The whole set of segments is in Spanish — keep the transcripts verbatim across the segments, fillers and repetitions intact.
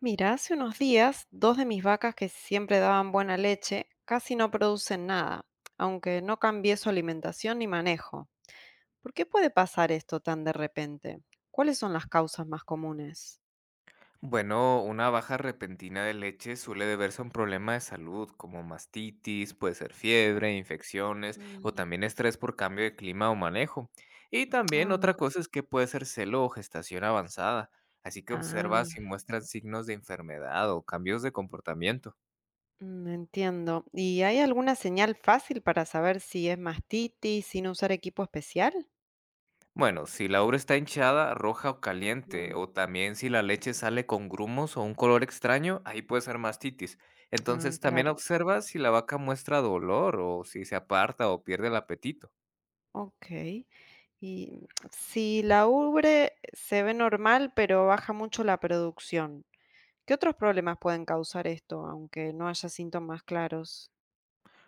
Mira, hace unos días, dos de mis vacas que siempre daban buena leche casi no producen nada, aunque no cambié su alimentación ni manejo. ¿Por qué puede pasar esto tan de repente? ¿Cuáles son las causas más comunes? Bueno, una baja repentina de leche suele deberse a un problema de salud, como mastitis, puede ser fiebre, infecciones o Mm, también estrés por cambio de clima o manejo. Y también ah, otra cosa es que puede ser celo o gestación avanzada, así que observa si ah, muestran signos de enfermedad o cambios de comportamiento. mm, entiendo. ¿Y hay alguna señal fácil para saber si es mastitis sin usar equipo especial? Bueno, si la ubre está hinchada, roja o caliente, Mm, o también si la leche sale con grumos o un color extraño, ahí puede ser mastitis. ah, Entonces también claro. observa si la vaca muestra dolor o si se aparta o pierde el apetito. Ok. Y si la ubre se ve normal, pero baja mucho la producción. ¿Qué otros problemas pueden causar esto, aunque no haya síntomas claros?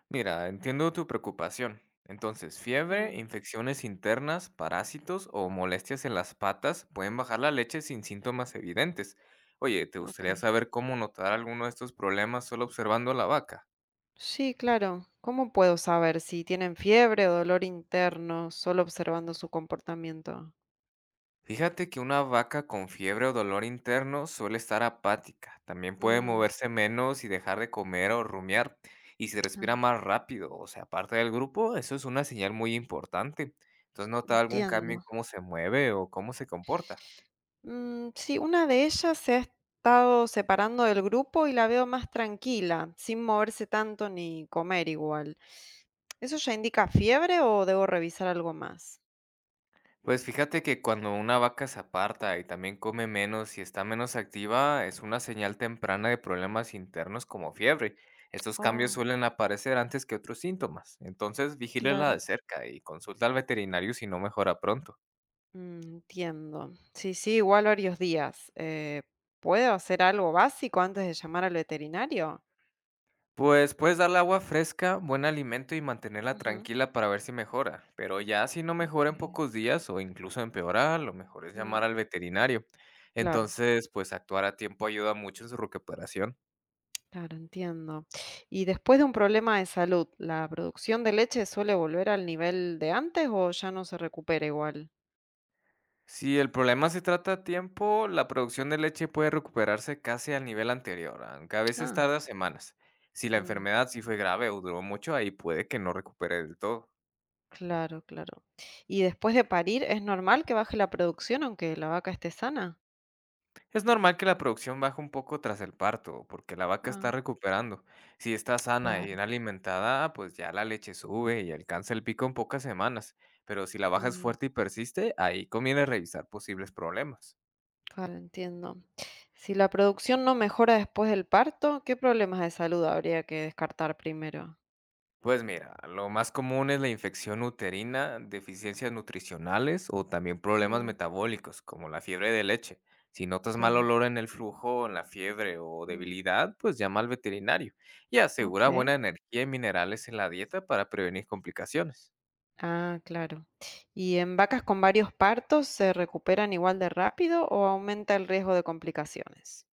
Mira, entiendo tu preocupación. Entonces, fiebre, Mm, infecciones internas, parásitos o molestias en las patas pueden bajar la leche sin síntomas evidentes. Oye, ¿te gustaría okey. saber cómo notar alguno de estos problemas solo observando a la vaca? Sí, claro. ¿Cómo puedo saber si tienen fiebre o dolor interno solo observando su comportamiento? Fíjate que una vaca con fiebre o dolor interno suele estar apática, también puede Mm, moverse menos y dejar de comer o rumiar, y si respira ah, más rápido o se aparta del grupo, eso es una señal muy importante. ¿Entonces nota algún cambio en entiendo. cómo se mueve o cómo se comporta? Mm, sí, una de ellas se ha estado separando del grupo y la veo más tranquila, sin moverse tanto ni comer igual. ¿Eso ya indica fiebre o debo revisar algo más? Pues fíjate que cuando una vaca se aparta y también come menos y está menos activa, es una señal temprana de problemas internos como fiebre. Estos cambios Oh, suelen aparecer antes que otros síntomas, entonces vigílela de claro. cerca y consulta al veterinario si no mejora pronto. Mm, Entiendo. Sí, sí, igual varios días. Eh, ¿puedo hacer algo básico antes de llamar al veterinario? Pues puedes darle agua fresca, buen alimento y mantenerla Ujú. tranquila para ver si mejora, pero ya si no Ok. mejora en pocos días o incluso empeora, lo mejor es Mm, llamar al veterinario. claro, Entonces, pues actuar a tiempo ayuda mucho en su recuperación. claro, entiendo. Y después de un problema de salud, ¿la producción de leche suele volver al nivel de antes o ya no se recupera igual? Si el problema se trata a tiempo, la producción de leche puede recuperarse casi al nivel anterior, aunque a veces Ah, tarda semanas. Si la mm, enfermedad sí fue grave o duró mucho, ahí puede que no recupere del todo. claro, claro. ¿Y después de parir, es normal que baje la producción aunque la vaca esté sana? Es normal que la producción baje un poco tras el parto, porque la vaca Ah, está recuperando. Si está sana y bien claro. alimentada, pues ya la leche sube y alcanza el pico en pocas semanas. Pero si la baja es Mm, fuerte y persiste, ahí conviene revisar posibles problemas. claro, entiendo. Si la producción no mejora después del parto, ¿qué problemas de salud habría que descartar primero? Pues mira, lo más común es la infección uterina, deficiencias nutricionales o también problemas Mm, metabólicos, como la fiebre de leche. Si notas mal claro. olor en el flujo, en la fiebre o Mm, debilidad, pues llama al veterinario y ok. asegura buena energía y minerales en la dieta para prevenir complicaciones. Ah, claro. ¿Y en vacas con varios partos se recuperan igual de rápido o aumenta el riesgo de complicaciones?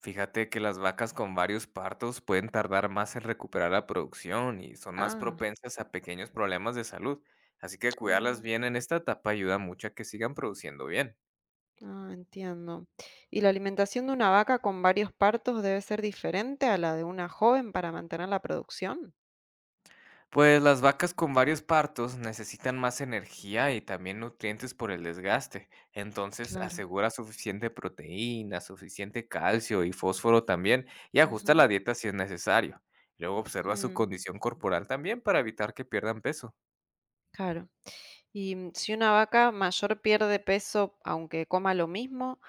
Fíjate que las vacas con varios partos pueden tardar más en recuperar la producción y son más Ah, propensas a pequeños problemas de salud, así que cuidarlas mm, bien en esta etapa ayuda mucho a que sigan produciendo bien. ah, entiendo. ¿Y la alimentación de una vaca con varios partos debe ser diferente a la de una joven para mantener la producción? Pues las vacas con varios partos necesitan más energía y también nutrientes por el desgaste. Entonces Claro. asegura suficiente proteína, suficiente calcio y fósforo también y ajusta la Ujú. dieta si es necesario. Luego observa su Mm, condición corporal también para evitar que pierdan peso. claro. Y mm, si una vaca mayor pierde peso aunque coma lo mismo,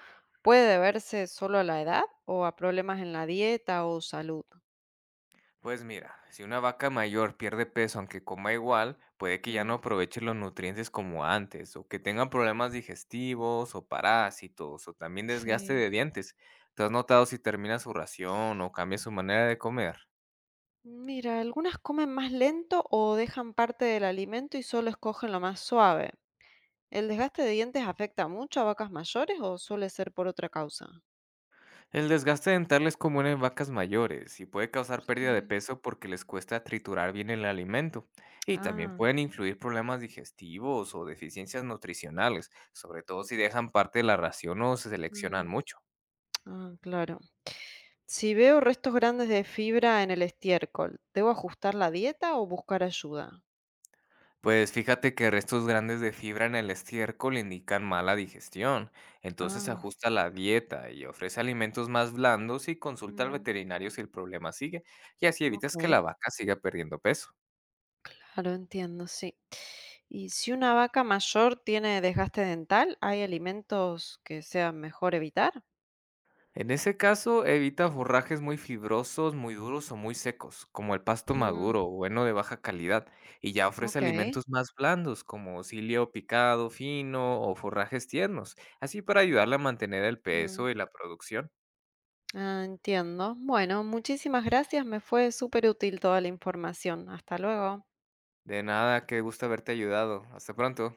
¿puede deberse solo a la edad o a problemas en la dieta o salud? Pues mira, si una vaca mayor pierde peso aunque coma igual, puede que ya no Mm, aproveche los nutrientes como antes, o que tenga problemas digestivos, o parásitos, o también desgaste sí. de dientes. ¿Te has notado si termina su ración o cambia su manera de comer? Mira, algunas comen más lento o dejan parte del alimento y solo escogen lo más suave. ¿El desgaste de dientes afecta mucho a vacas mayores o suele ser por otra causa? El desgaste dental es común en vacas mayores y puede causar pérdida de Sí. peso porque les cuesta triturar bien el alimento. Y también Ah, pueden influir problemas digestivos o deficiencias nutricionales, sobre todo si dejan parte de la ración o se seleccionan mm, mucho. ah, claro. Si veo restos grandes de fibra en el estiércol, ¿debo ajustar la dieta o buscar ayuda? Pues fíjate que restos grandes de fibra en el estiércol indican mala digestión, entonces Ah, ajusta la dieta y ofrece alimentos más blandos y consulta al mm, veterinario si el problema sigue, y así evitas que la ok, vaca siga perdiendo peso. claro, entiendo, sí. Y si una vaca mayor tiene desgaste dental, ¿hay alimentos que sea mejor evitar? En ese caso, evita forrajes muy fibrosos, muy duros o muy secos, como el pasto Mm, maduro o heno de baja calidad, y ya ofrece ok, alimentos más blandos, como cilio picado fino o forrajes tiernos, así para ayudarle a mantener el mm, peso y la producción. ah, entiendo. Bueno, muchísimas gracias, me fue súper útil toda la información. Hasta luego. De nada, qué gusto haberte ayudado. Hasta pronto.